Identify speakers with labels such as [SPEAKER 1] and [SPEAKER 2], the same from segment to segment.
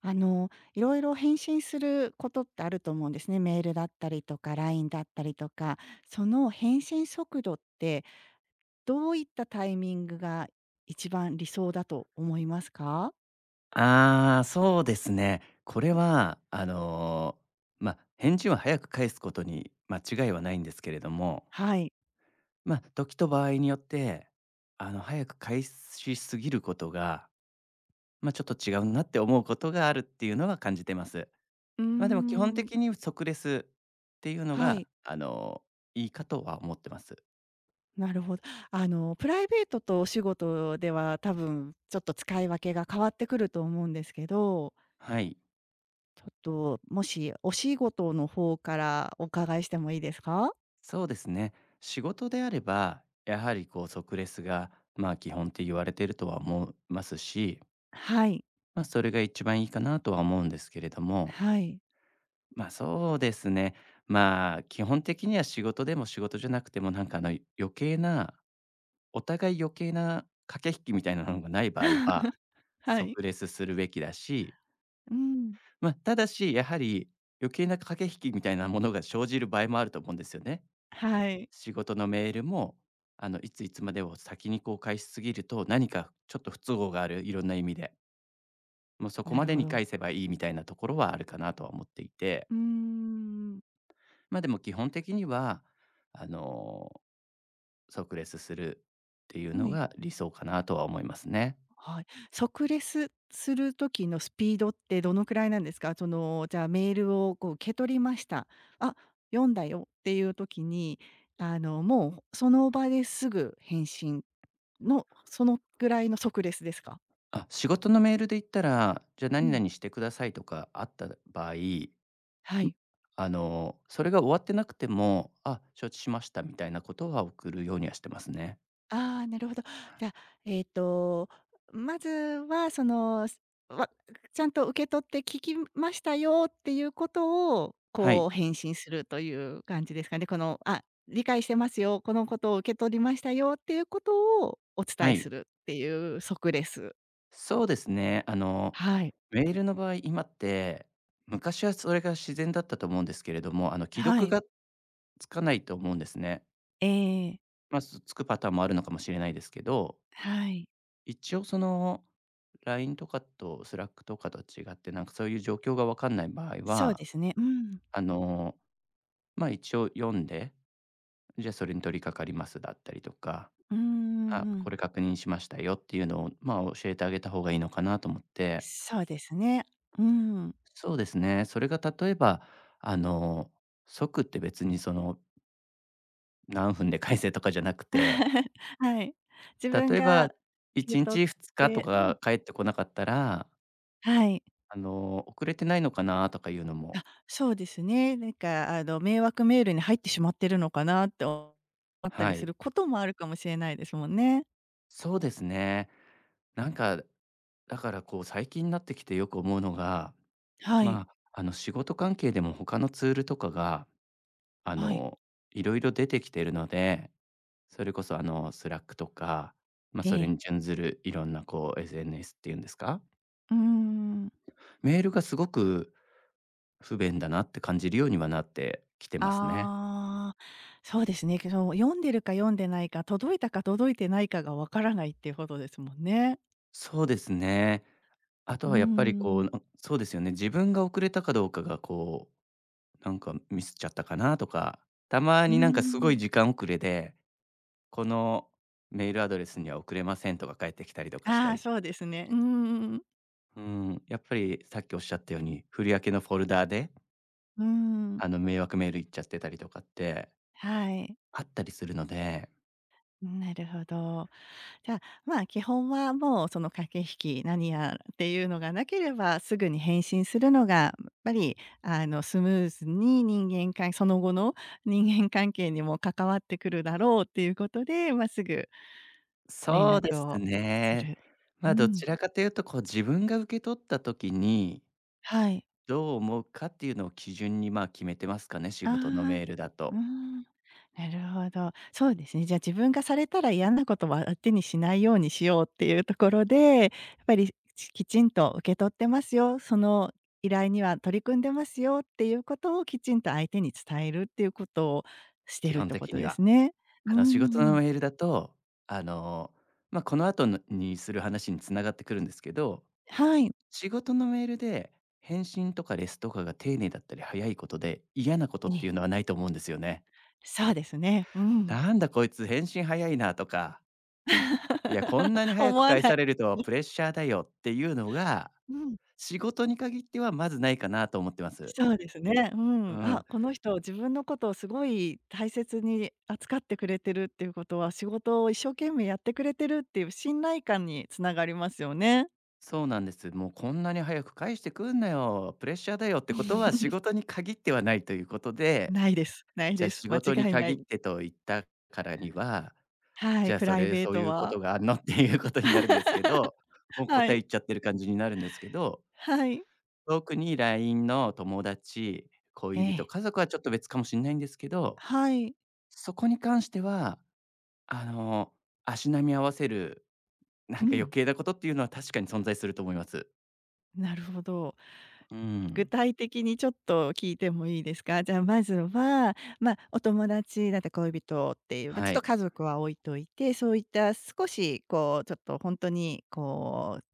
[SPEAKER 1] いろいろ返信することってあると思うんですね。メールだったりとか、LINE だったりとか。その返信速度って、どういったタイミングが一番理想だと思いますか？
[SPEAKER 2] ああ、そうですね。これは、返事は早く返すことに間違いはないんですけれども、
[SPEAKER 1] はい。
[SPEAKER 2] 時と場合によって、早く返しすぎることが、ちょっと違うなって思うことがあるっていうのは感じてます。
[SPEAKER 1] うー
[SPEAKER 2] でも基本
[SPEAKER 1] ん。
[SPEAKER 2] 的に即レスっていうの
[SPEAKER 1] は
[SPEAKER 2] が、
[SPEAKER 1] い、
[SPEAKER 2] いいかとは思ってます。
[SPEAKER 1] なるほど。プライベートとお仕事では、多分ちょっと使い分けが変わってくると思うんですけど、
[SPEAKER 2] はい。
[SPEAKER 1] ちょっと、もしお仕事の方からお伺いしてもいいですか？
[SPEAKER 2] そうですね。仕事であれば、やはりこう即レスが、基本って言われてるとは思いますし
[SPEAKER 1] はい、
[SPEAKER 2] それが一番いいかなとは思うんですけれども、
[SPEAKER 1] はい。
[SPEAKER 2] ま、そうですね、基本的には仕事でも仕事じゃなくても、余計なお互い余計な駆け引きみたいなのがない場合は、
[SPEAKER 1] はい。
[SPEAKER 2] 即 レスするべきだし、
[SPEAKER 1] うん、
[SPEAKER 2] ただし、やはり余計な駆け引きみたいなものが生じる場合もあると思うんですよね。
[SPEAKER 1] はい、
[SPEAKER 2] 仕事のメールも、いついつまでを先にこう返しすぎると、何かちょっと不都合がある、いろんな意味で。もうそこ
[SPEAKER 1] な
[SPEAKER 2] ま
[SPEAKER 1] る
[SPEAKER 2] で
[SPEAKER 1] ほ
[SPEAKER 2] に
[SPEAKER 1] ど。
[SPEAKER 2] 返せばいいみたいなところはあるかなとは思っていて、
[SPEAKER 1] うーん。
[SPEAKER 2] でも基本的には、あの、即レスするっていう
[SPEAKER 1] は
[SPEAKER 2] の
[SPEAKER 1] い。
[SPEAKER 2] が理想かなとは思いますね。
[SPEAKER 1] はい。即レスする時のスピードってどのくらいなんですか？その、じゃあ、メールをこう受け取りました。あ、読んだよっていう時に、もうその場ですぐ返信の、そのぐらいの即レスですか？
[SPEAKER 2] あ、仕事のメールで言ったら、じゃあ
[SPEAKER 1] う
[SPEAKER 2] 何
[SPEAKER 1] ん、
[SPEAKER 2] 々してくださいとかあった場合、
[SPEAKER 1] はい。
[SPEAKER 2] それが終わってなくても、あ、承知しましたみたいなことは送るようにはしてますね。
[SPEAKER 1] ああ、なるほど。じゃあ、えっと、まずはわちゃんと受け取って聞きましたよっていうことを、
[SPEAKER 2] は
[SPEAKER 1] こ
[SPEAKER 2] い。
[SPEAKER 1] う返信するという感じですかね。あ、理解してますよ、このことを受け取りましたよっていうことをお伝
[SPEAKER 2] は
[SPEAKER 1] えす
[SPEAKER 2] い。
[SPEAKER 1] るっていう即レス。
[SPEAKER 2] そうですね。
[SPEAKER 1] はい。
[SPEAKER 2] メールの場合、今って、昔はそれが自然だったと思うんですけれども、既
[SPEAKER 1] は
[SPEAKER 2] 読
[SPEAKER 1] い。
[SPEAKER 2] がつかないと思うんですね。
[SPEAKER 1] ええ。
[SPEAKER 2] まあ、つつくパターンもあるのかもしれないですけど、
[SPEAKER 1] はい。
[SPEAKER 2] 一応その、LINE とかと Slack とかと違って、なんかそういう状況がわかんない場合
[SPEAKER 1] そう
[SPEAKER 2] は、
[SPEAKER 1] ですね。うん。
[SPEAKER 2] あの、一応読んで、じゃ、それに取り掛かりますだったりとか、
[SPEAKER 1] うんう
[SPEAKER 2] あ、
[SPEAKER 1] んう
[SPEAKER 2] こ
[SPEAKER 1] ん。
[SPEAKER 2] れ確認しましたよっていうのを、教えてあげた方がいいのかなと思って。
[SPEAKER 1] そうですね。うん。
[SPEAKER 2] そうですね。それが例えば、あの、即って別にその、何分で返せとかじゃなくて、
[SPEAKER 1] はい。自分
[SPEAKER 2] 例え
[SPEAKER 1] が
[SPEAKER 2] ば
[SPEAKER 1] 受け
[SPEAKER 2] 1
[SPEAKER 1] 取っ
[SPEAKER 2] 日2日と
[SPEAKER 1] て、うん。
[SPEAKER 2] か帰ってこなかったら、
[SPEAKER 1] はい。
[SPEAKER 2] 遅れてないのかなとかいうのも
[SPEAKER 1] そうですね、なんか迷惑メールに入ってしまってるのかなって思った
[SPEAKER 2] は
[SPEAKER 1] りす
[SPEAKER 2] い。
[SPEAKER 1] ることもあるかもしれないですもんね。
[SPEAKER 2] そうですね。なんか、だからこう最近になってきてよく思うのが、
[SPEAKER 1] はい、
[SPEAKER 2] まあ、あの仕事関係でも他のツールとかが、あ
[SPEAKER 1] はい。
[SPEAKER 2] の、いろいろ出てきてるのでそれこそ、スラックとか、まあ、
[SPEAKER 1] え
[SPEAKER 2] それ
[SPEAKER 1] え。
[SPEAKER 2] に準ずるいろんな、こう、SNS っていうんですか？
[SPEAKER 1] うーん。
[SPEAKER 2] メールがすごく不便だなって感じるようにはなってきてますね。
[SPEAKER 1] ああ、そうですね。けど、読んでるか読んでないか、届いたか届いてないかがわからないっていうことですもんね。
[SPEAKER 2] そうですね。あと
[SPEAKER 1] うー
[SPEAKER 2] はやっぱり、こ
[SPEAKER 1] ん。
[SPEAKER 2] う、そうですよね、自分が遅れたかどうかが、こう、なんかミスっちゃったかなとか、たま
[SPEAKER 1] うー
[SPEAKER 2] になんかすごい
[SPEAKER 1] ん。
[SPEAKER 2] 時間遅れで、このメールアドレスには送れませんとか返ってきたりとかし
[SPEAKER 1] あ
[SPEAKER 2] た
[SPEAKER 1] あ、
[SPEAKER 2] り。
[SPEAKER 1] そうですね。うーん。
[SPEAKER 2] うん、やっぱりさっきおっしゃったように、振り分けのフォルダーで
[SPEAKER 1] うーん。
[SPEAKER 2] 迷惑メール行っちゃってたりとかって
[SPEAKER 1] はい。
[SPEAKER 2] あったりするので、
[SPEAKER 1] なるほど。じゃあ、まあ、基本はもうその駆け引き、何やっていうのがなければ、すぐに返信するのが、やっぱり、スムーズに人間関その後の人間関係にも関わってくるだろうっていうことで、まあ、すぐ連
[SPEAKER 2] そうで
[SPEAKER 1] 絡
[SPEAKER 2] す
[SPEAKER 1] をす
[SPEAKER 2] ね。
[SPEAKER 1] る。う
[SPEAKER 2] まあ、ど
[SPEAKER 1] ん。
[SPEAKER 2] ちらかというと、こう、自分が受け取った時に、
[SPEAKER 1] はい。
[SPEAKER 2] どう思うかっていうのを基準に、まあ、決めてますかね、仕事の
[SPEAKER 1] ああ、
[SPEAKER 2] メールだ
[SPEAKER 1] う
[SPEAKER 2] と、
[SPEAKER 1] ん。なるほど。そうですね。じゃあ自分がされたら嫌なことは相手にしないようにしようっていうところで、やっぱりきちんと受け取ってますよ、その依頼には取り組んでますよっていうことをきちんと相手に伝えるっていうことをして
[SPEAKER 2] 基
[SPEAKER 1] るっ
[SPEAKER 2] 本
[SPEAKER 1] てこ
[SPEAKER 2] 的
[SPEAKER 1] と
[SPEAKER 2] に
[SPEAKER 1] で
[SPEAKER 2] は。
[SPEAKER 1] すね。う
[SPEAKER 2] 仕事の
[SPEAKER 1] ん、
[SPEAKER 2] メールだと、あの、この後のにする話に繋がってくるんですけど、
[SPEAKER 1] はい。
[SPEAKER 2] 仕事のメールで返信とかレスとかが丁寧だったり早いことで、嫌なことっ
[SPEAKER 1] え
[SPEAKER 2] ていう
[SPEAKER 1] え。
[SPEAKER 2] のはないと思うんですよね。
[SPEAKER 1] そうですね。うん。
[SPEAKER 2] なんだこいつ返信早いなとかいや、こんなに 早
[SPEAKER 1] 思
[SPEAKER 2] く
[SPEAKER 1] わ
[SPEAKER 2] 返
[SPEAKER 1] な
[SPEAKER 2] さ
[SPEAKER 1] い。
[SPEAKER 2] れるとプレッ シャーだよっていうのが、
[SPEAKER 1] うん。
[SPEAKER 2] 仕事に限ってはまずないかなと思ってます。
[SPEAKER 1] そうですね。う
[SPEAKER 2] う
[SPEAKER 1] ん。あ、
[SPEAKER 2] ん、
[SPEAKER 1] この人、自分のことをすごい大切に扱ってくれてるっていうことは、仕事を一生懸命やってくれてるっていう信頼感につながりますよね。
[SPEAKER 2] そうなんです。もうこんなに早く返してくんなよ、プレッシャーだよってことは仕 事に限ってはないということで、
[SPEAKER 1] ないです。ない
[SPEAKER 2] じゃあ
[SPEAKER 1] です。
[SPEAKER 2] 仕
[SPEAKER 1] 間
[SPEAKER 2] 事に
[SPEAKER 1] 違いな
[SPEAKER 2] 限っ
[SPEAKER 1] い。
[SPEAKER 2] てと言ったからには、
[SPEAKER 1] は
[SPEAKER 2] じ
[SPEAKER 1] い、
[SPEAKER 2] ゃあ
[SPEAKER 1] プライベー
[SPEAKER 2] そうい
[SPEAKER 1] ト
[SPEAKER 2] うこ
[SPEAKER 1] は。
[SPEAKER 2] とがあんのっていうことになるんですけど、もう
[SPEAKER 1] は
[SPEAKER 2] 答え
[SPEAKER 1] い。
[SPEAKER 2] 言っちゃってる感じになるんですけど、
[SPEAKER 1] はい。
[SPEAKER 2] 特に LINE の友達、
[SPEAKER 1] え
[SPEAKER 2] 恋人、
[SPEAKER 1] え。
[SPEAKER 2] 家族はちょっと別かもしれないんですけど、
[SPEAKER 1] はい。
[SPEAKER 2] そこに関してはあの、足並み合わせる、な
[SPEAKER 1] う
[SPEAKER 2] んか余
[SPEAKER 1] ん。
[SPEAKER 2] 計なことっていうのは確かに存在すると思います。
[SPEAKER 1] なるほど。
[SPEAKER 2] う
[SPEAKER 1] 具
[SPEAKER 2] ん。
[SPEAKER 1] 体的にちょっと聞いてもいいですか？じゃあ、まずは、まあ、お友達だったり恋人っていう、まあ、ちょっ
[SPEAKER 2] は
[SPEAKER 1] と
[SPEAKER 2] い。
[SPEAKER 1] 家族は置いといて、そういった少しこう、ちょっと本当にこう、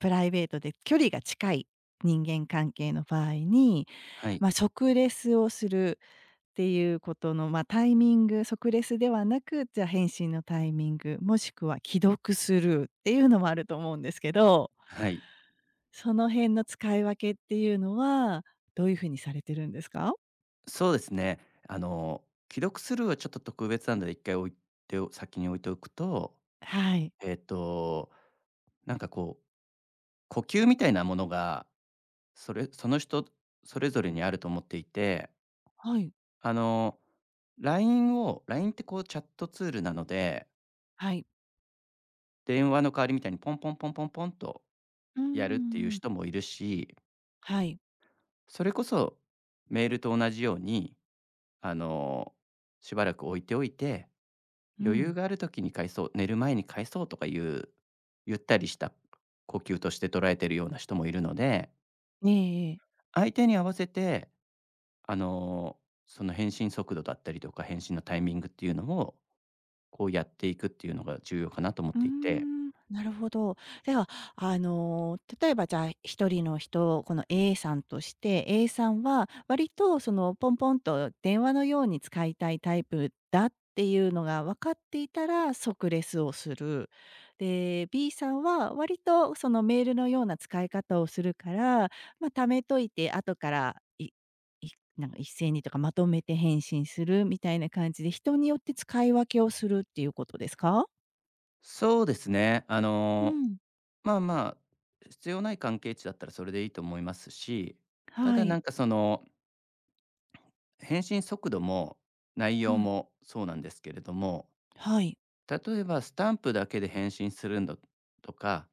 [SPEAKER 1] プライベートで距離が近い人間関係の場合に、
[SPEAKER 2] はい。
[SPEAKER 1] まあ、即レスをするっていうことの、まあ、タイミング、即レスではなく、じゃあ、返信のタイミング、もしくは既読スルーっていうのもあると思うんですけど、
[SPEAKER 2] はい。
[SPEAKER 1] その辺の使い分けっていうのは、どういう風にされてるんですか？
[SPEAKER 2] そうですね。あの、既読スルーはちょっと特別なので、一回置いてお先に置いておくと、
[SPEAKER 1] はい。
[SPEAKER 2] えっと、なんかこう、呼吸みたいなものが、その人それぞれにあると思っていて、
[SPEAKER 1] はい。
[SPEAKER 2] あの、LINE をラインってこうチャットツールなので、
[SPEAKER 1] はい。
[SPEAKER 2] 電話の代わりみたいにポンポンポンポンポンと
[SPEAKER 1] うんう
[SPEAKER 2] やるってい
[SPEAKER 1] んう
[SPEAKER 2] う
[SPEAKER 1] ん。
[SPEAKER 2] 人もいるし
[SPEAKER 1] はい。
[SPEAKER 2] それこそ、メールと同じように、あの、しばらく置いておいて、
[SPEAKER 1] う
[SPEAKER 2] 余裕
[SPEAKER 1] ん。
[SPEAKER 2] がある時に返そう、寝る前に返そうとかいう、ゆったりした呼吸として捉えてるような人もいるので、
[SPEAKER 1] ええええ。
[SPEAKER 2] 相手に合わせて、あの、その返信速度だったりとか、返信のタイミングっていうのを、こうやっていくっていうのが重要かなと思っ
[SPEAKER 1] うー
[SPEAKER 2] ていて。
[SPEAKER 1] ん、なるほど。では、例えばじゃあ、一人の人、この A さんとして、A さんは割とその、ポンポンと電話のように使いたいタイプだっていうのが分かっていたら、即レスをする。で、B さんは割とそのメールのような使い方をするから、まあ、貯めといて後から、なんか一斉にとかまとめて返信するみたいな感じで、人によって使い分けをするっていうことですか？
[SPEAKER 2] そうですね、
[SPEAKER 1] うん。
[SPEAKER 2] まあまあ、必要ない関係値だったらそれでいいと思いますし、た
[SPEAKER 1] は
[SPEAKER 2] だな
[SPEAKER 1] い。
[SPEAKER 2] んかその返信速度も内
[SPEAKER 1] う
[SPEAKER 2] 容
[SPEAKER 1] ん。
[SPEAKER 2] もそうなんですけれども、
[SPEAKER 1] はい。
[SPEAKER 2] 例えばスタンプだけで返信するんだとか、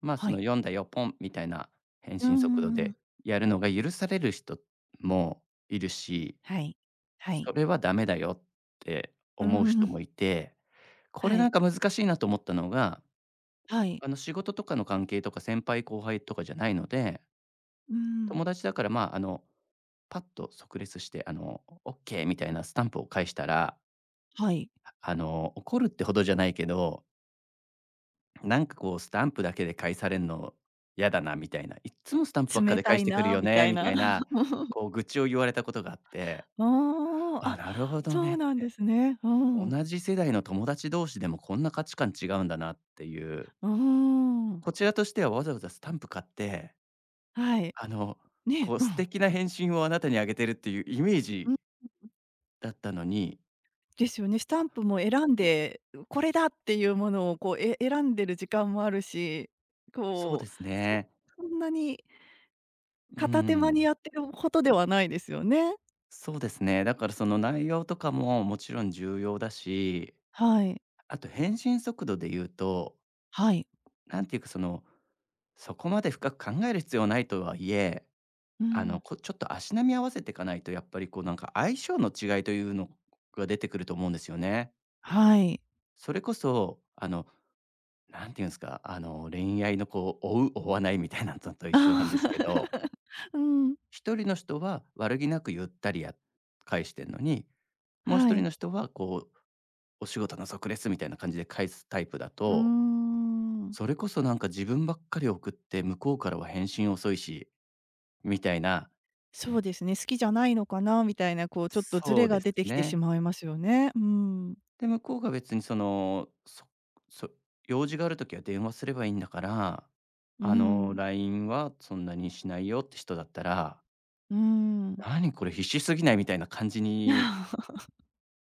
[SPEAKER 2] ま、
[SPEAKER 1] は
[SPEAKER 2] その
[SPEAKER 1] い。
[SPEAKER 2] 「読んだよ、ポン」みたいな返
[SPEAKER 1] うんう
[SPEAKER 2] 信速度
[SPEAKER 1] んうん。
[SPEAKER 2] でやるのが許される人もいるし、
[SPEAKER 1] はい。は
[SPEAKER 2] そ
[SPEAKER 1] い。
[SPEAKER 2] れはダメだよって
[SPEAKER 1] うん
[SPEAKER 2] 思う
[SPEAKER 1] うんう
[SPEAKER 2] 人
[SPEAKER 1] ん。
[SPEAKER 2] もいて、これ
[SPEAKER 1] は
[SPEAKER 2] なん
[SPEAKER 1] い。
[SPEAKER 2] か難しいなと思ったのが、
[SPEAKER 1] はい。
[SPEAKER 2] 仕事とかの関係とか先輩後輩とかじゃないので、
[SPEAKER 1] うん。
[SPEAKER 2] 友達だから、パッと即列して、オッケーみたいなスタンプを返したら
[SPEAKER 1] はい。
[SPEAKER 2] 怒るってほどじゃないけど、なんかこうスタンプだけで返されるの嫌だなみたいな、いっつもスタンプばっか
[SPEAKER 1] 冷
[SPEAKER 2] で
[SPEAKER 1] た
[SPEAKER 2] 返し
[SPEAKER 1] い
[SPEAKER 2] てくる
[SPEAKER 1] な
[SPEAKER 2] よ
[SPEAKER 1] みた
[SPEAKER 2] ね
[SPEAKER 1] い
[SPEAKER 2] みた
[SPEAKER 1] な。
[SPEAKER 2] いな、こう愚痴を言われたことがあって、
[SPEAKER 1] うん、ああ、
[SPEAKER 2] あ、なる
[SPEAKER 1] あ、
[SPEAKER 2] ほど
[SPEAKER 1] そう
[SPEAKER 2] ね。
[SPEAKER 1] なんですね。うん。
[SPEAKER 2] 同じ世代の友達同士でもこんな価値観違うんだなっていう。
[SPEAKER 1] うー
[SPEAKER 2] こ
[SPEAKER 1] ん。
[SPEAKER 2] ちらとしてはわざわざスタンプ買って、
[SPEAKER 1] はい。
[SPEAKER 2] あの、
[SPEAKER 1] ね、
[SPEAKER 2] こう
[SPEAKER 1] う
[SPEAKER 2] 素
[SPEAKER 1] ん。
[SPEAKER 2] 敵な返信をあなたにあげてるっていうイメー
[SPEAKER 1] う
[SPEAKER 2] ジ
[SPEAKER 1] ん、
[SPEAKER 2] だったのに、
[SPEAKER 1] ですよね。スタン
[SPEAKER 2] あ、
[SPEAKER 1] プも選んで、これだっていうものをこう、選んでる時間もあるし、
[SPEAKER 2] そう
[SPEAKER 1] こ
[SPEAKER 2] で
[SPEAKER 1] う、
[SPEAKER 2] す
[SPEAKER 1] そ
[SPEAKER 2] ね。
[SPEAKER 1] そんなに
[SPEAKER 2] うー
[SPEAKER 1] 片手間に
[SPEAKER 2] ん。
[SPEAKER 1] やってるほどではないですよね。
[SPEAKER 2] そうですね。だからその内容とかももちろん重要だし、
[SPEAKER 1] はい。
[SPEAKER 2] あと返信速度で言うと、
[SPEAKER 1] はい。
[SPEAKER 2] なんていうかその、そこまで深く考える必要ないとはいえ、
[SPEAKER 1] うん、
[SPEAKER 2] ちょっと足並み合わせていかないと、やっぱりこうなんか相性の違いというのが出てくると思うんですよね。
[SPEAKER 1] はい。
[SPEAKER 2] それこそ、なんていうんですか、恋愛のこう、追う、追わないみたいなのと 一緒なんですけど、
[SPEAKER 1] ああ うん、
[SPEAKER 2] 一人の人は悪気なくゆったりや返してんのに、もう
[SPEAKER 1] は
[SPEAKER 2] 一人
[SPEAKER 1] い。
[SPEAKER 2] の人はこうお仕事の即レスすみたいな感じで返すタイプだ
[SPEAKER 1] うー
[SPEAKER 2] と、
[SPEAKER 1] ん、
[SPEAKER 2] それこそなんか自分ばっかり送って向こうからは返信遅いし、みたいな
[SPEAKER 1] そうですね、好きじゃないのかなみたいな、こう、ちょっとズ
[SPEAKER 2] そ
[SPEAKER 1] レ
[SPEAKER 2] う
[SPEAKER 1] が
[SPEAKER 2] です
[SPEAKER 1] 出てきてし
[SPEAKER 2] ね。
[SPEAKER 1] まいますよね。うん、
[SPEAKER 2] で、向こうが別にその、そ用事がある時は電話すればいいんだから、
[SPEAKER 1] うん、
[SPEAKER 2] LINE はそんなにしないよって人だったら、
[SPEAKER 1] うん。
[SPEAKER 2] 何これ必死すぎないみたいな感じ に、
[SPEAKER 1] あ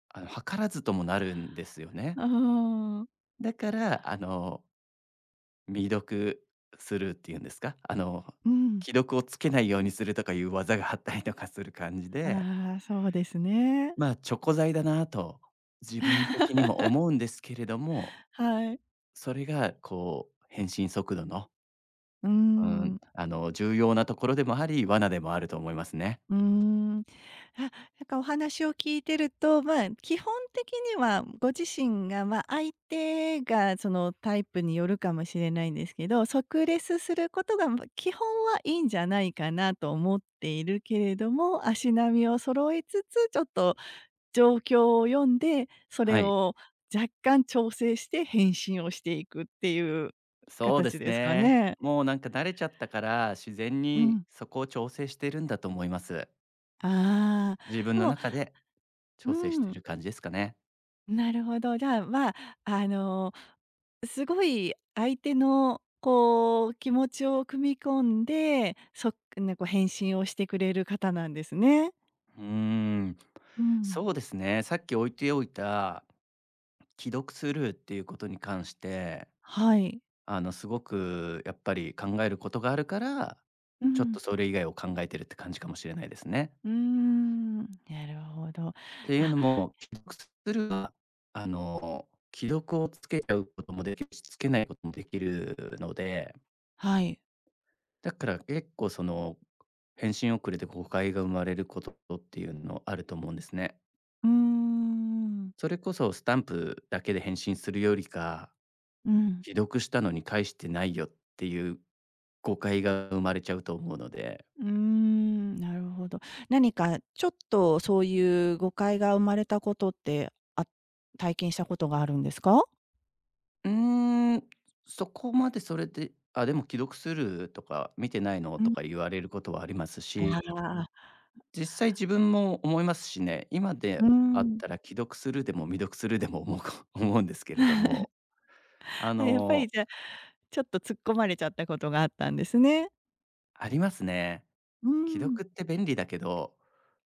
[SPEAKER 2] 図らずともなるんですよね。
[SPEAKER 1] あ、
[SPEAKER 2] だから、未読するっていうんですか？
[SPEAKER 1] うん、
[SPEAKER 2] 既読をつけないようにするとかいう技があったりとかする感じで、
[SPEAKER 1] ああ、そうですね。
[SPEAKER 2] まあ、チョコ材だなと自分的にも思うんですけれども、
[SPEAKER 1] はい。
[SPEAKER 2] それがこう返信速度の、
[SPEAKER 1] うん。
[SPEAKER 2] 重要なところでもあり、罠でもあると思いますね。
[SPEAKER 1] うーん。あ、なんかお話を聞いてると、まあ、基本的にはご自身が、まあ、相手がそのタイプによるかもしれないんですけど、即レスすることが、ま、基本はいいんじゃないかなと思っているけれども、足並みを揃えつつ、ちょっと状況を読んで、そ
[SPEAKER 2] は
[SPEAKER 1] れ
[SPEAKER 2] い、
[SPEAKER 1] を若干調整して返信をしていくっていう
[SPEAKER 2] そうで
[SPEAKER 1] 形
[SPEAKER 2] す
[SPEAKER 1] ですか
[SPEAKER 2] ね。
[SPEAKER 1] ね。
[SPEAKER 2] もうなんか慣れちゃったから、自然
[SPEAKER 1] う
[SPEAKER 2] に
[SPEAKER 1] ん。
[SPEAKER 2] そこを調整してるんだと思います。
[SPEAKER 1] あ
[SPEAKER 2] 自
[SPEAKER 1] あ、
[SPEAKER 2] 分
[SPEAKER 1] で
[SPEAKER 2] の
[SPEAKER 1] も、
[SPEAKER 2] 中で
[SPEAKER 1] う
[SPEAKER 2] 調整して
[SPEAKER 1] ん。
[SPEAKER 2] る感じですかね。
[SPEAKER 1] なるほど。じゃあ、まあ、あの、すごい相手のこう気持ちを汲み込んで、そっね、こう返信をしてくれる方なんですね。
[SPEAKER 2] うーん、
[SPEAKER 1] うん。
[SPEAKER 2] そうですね。さっき置いておいた既読スルーっていうことに関して、
[SPEAKER 1] はい。
[SPEAKER 2] すごくやっぱり考えることがあるから、
[SPEAKER 1] う
[SPEAKER 2] ちょっ
[SPEAKER 1] ん。
[SPEAKER 2] とそれ以外を考えてるって感じかもしれないですね。
[SPEAKER 1] うーん、なるほど。
[SPEAKER 2] っていう
[SPEAKER 1] あ、
[SPEAKER 2] のも、既読スルーは、あの、既読をつけちゃうこともできるし、つけないこともできるので、
[SPEAKER 1] はい。
[SPEAKER 2] だから結構その、返信遅れで誤解が生まれることっていうのあると思うんですね。
[SPEAKER 1] うーん。
[SPEAKER 2] それこそスタンプだけで返信するよりか、
[SPEAKER 1] うん。
[SPEAKER 2] 既読したのに返してないよっていう誤解が生まれちゃうと思うので、
[SPEAKER 1] うーん、なるほど。何かちょっとそういう誤解が生まれたことって、あ、体験したことがあるんですか？
[SPEAKER 2] うーん、そこまでそれで、あ、でも既読するとか見てないの
[SPEAKER 1] う
[SPEAKER 2] と
[SPEAKER 1] ん。
[SPEAKER 2] か言われることはありますし、
[SPEAKER 1] ああ、
[SPEAKER 2] 実際自分も思いますしね、今
[SPEAKER 1] う
[SPEAKER 2] であっ
[SPEAKER 1] ん。
[SPEAKER 2] たら既読するでも未読するでも思うか 思うんですけれども、あ
[SPEAKER 1] あ、やっぱり
[SPEAKER 2] の、
[SPEAKER 1] じゃあ、ちょっと突っ込まれちゃったことがあったんですね。
[SPEAKER 2] ありますね。
[SPEAKER 1] う
[SPEAKER 2] 既
[SPEAKER 1] ん。
[SPEAKER 2] 読って便利だけど、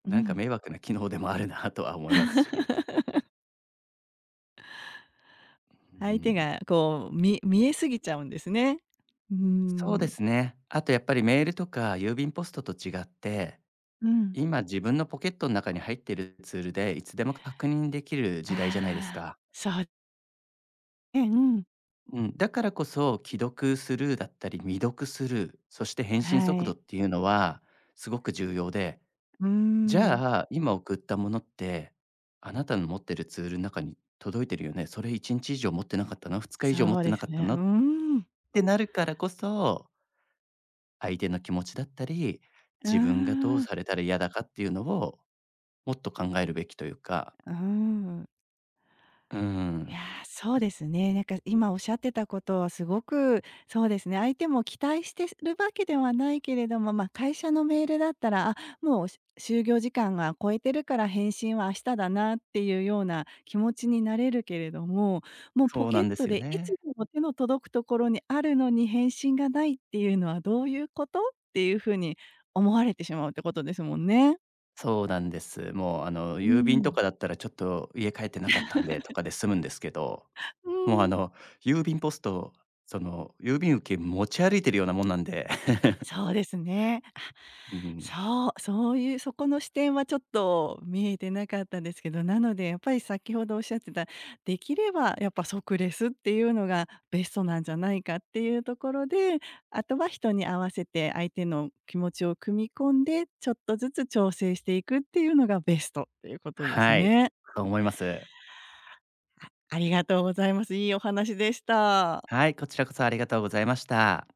[SPEAKER 1] う
[SPEAKER 2] なんか
[SPEAKER 1] ん。
[SPEAKER 2] 迷惑な機能でもあるなとは思いますし。う
[SPEAKER 1] 相手
[SPEAKER 2] ん、
[SPEAKER 1] がこう、見えすぎちゃうんですね。うー
[SPEAKER 2] そうで
[SPEAKER 1] ん。
[SPEAKER 2] すね。あとやっぱりメールとか郵便ポストと違って、
[SPEAKER 1] うん。
[SPEAKER 2] 今自分のポケットの中に入ってるツールでいつでも確認できる時代じゃないです
[SPEAKER 1] ああ、
[SPEAKER 2] か。
[SPEAKER 1] そう。うん。
[SPEAKER 2] うん、だからこそ既読スルーだったり未読スルー、そして返信
[SPEAKER 1] は
[SPEAKER 2] 速度
[SPEAKER 1] い。
[SPEAKER 2] っていうのはすごく重要で、
[SPEAKER 1] う
[SPEAKER 2] じ
[SPEAKER 1] ん。
[SPEAKER 2] ゃあ今送ったものってあなたの持ってるツールの中に届いてるよね。それ1日以上持ってなかったな、2日以上持っ
[SPEAKER 1] そう
[SPEAKER 2] て
[SPEAKER 1] で
[SPEAKER 2] なか
[SPEAKER 1] す
[SPEAKER 2] った
[SPEAKER 1] ね。
[SPEAKER 2] な
[SPEAKER 1] う
[SPEAKER 2] っ
[SPEAKER 1] ん。
[SPEAKER 2] てなるからこそ相手の気持ちだったり、
[SPEAKER 1] うー
[SPEAKER 2] 自分がどう
[SPEAKER 1] ん、う
[SPEAKER 2] されたら嫌だかっていうのを、もっと考えるべきというか、
[SPEAKER 1] ん。
[SPEAKER 2] う
[SPEAKER 1] いやー、
[SPEAKER 2] ん、
[SPEAKER 1] そうですね。なんか今おっしゃってたことはすごく、そうですね、相手も期待してるわけではないけれども、まあ、会社のメールだったら、あ、もう就業時間が超えてるから返信は明日だなっていうような気持ちになれるけれども、もうポ
[SPEAKER 2] そう
[SPEAKER 1] ケ
[SPEAKER 2] な
[SPEAKER 1] ッ
[SPEAKER 2] んで
[SPEAKER 1] ト
[SPEAKER 2] すよ
[SPEAKER 1] でいつ
[SPEAKER 2] ね。
[SPEAKER 1] でも手の届くところにあるのに返信がないっていうのはどういうこと？っていうふうに思われてしまうってことですもんね。
[SPEAKER 2] そうなんです。もうあの、
[SPEAKER 1] う
[SPEAKER 2] 郵便と
[SPEAKER 1] ん。
[SPEAKER 2] かだったらちょっと家帰ってなかったんでとかで済むんですけど、
[SPEAKER 1] う
[SPEAKER 2] もうあ
[SPEAKER 1] ん、
[SPEAKER 2] の、郵便ポスト、その、郵便受け持ち歩いてるようなもんなんで。
[SPEAKER 1] そうですね。
[SPEAKER 2] うん。
[SPEAKER 1] そういうそこの視点はちょっと見えてなかったんですけど、なのでやっぱり先ほどおっしゃってた、できればやっぱ即レスっていうのがベストなんじゃないかっていうところで、あとは人に合わせて相手の気持ちを組み込んで、ちょっとずつ調整していくっていうのがベストっていうことです
[SPEAKER 2] はい、
[SPEAKER 1] ね。
[SPEAKER 2] そう思います。
[SPEAKER 1] ありがとうございます。いいお話でした。
[SPEAKER 2] はい、こちらこそありがとうございました。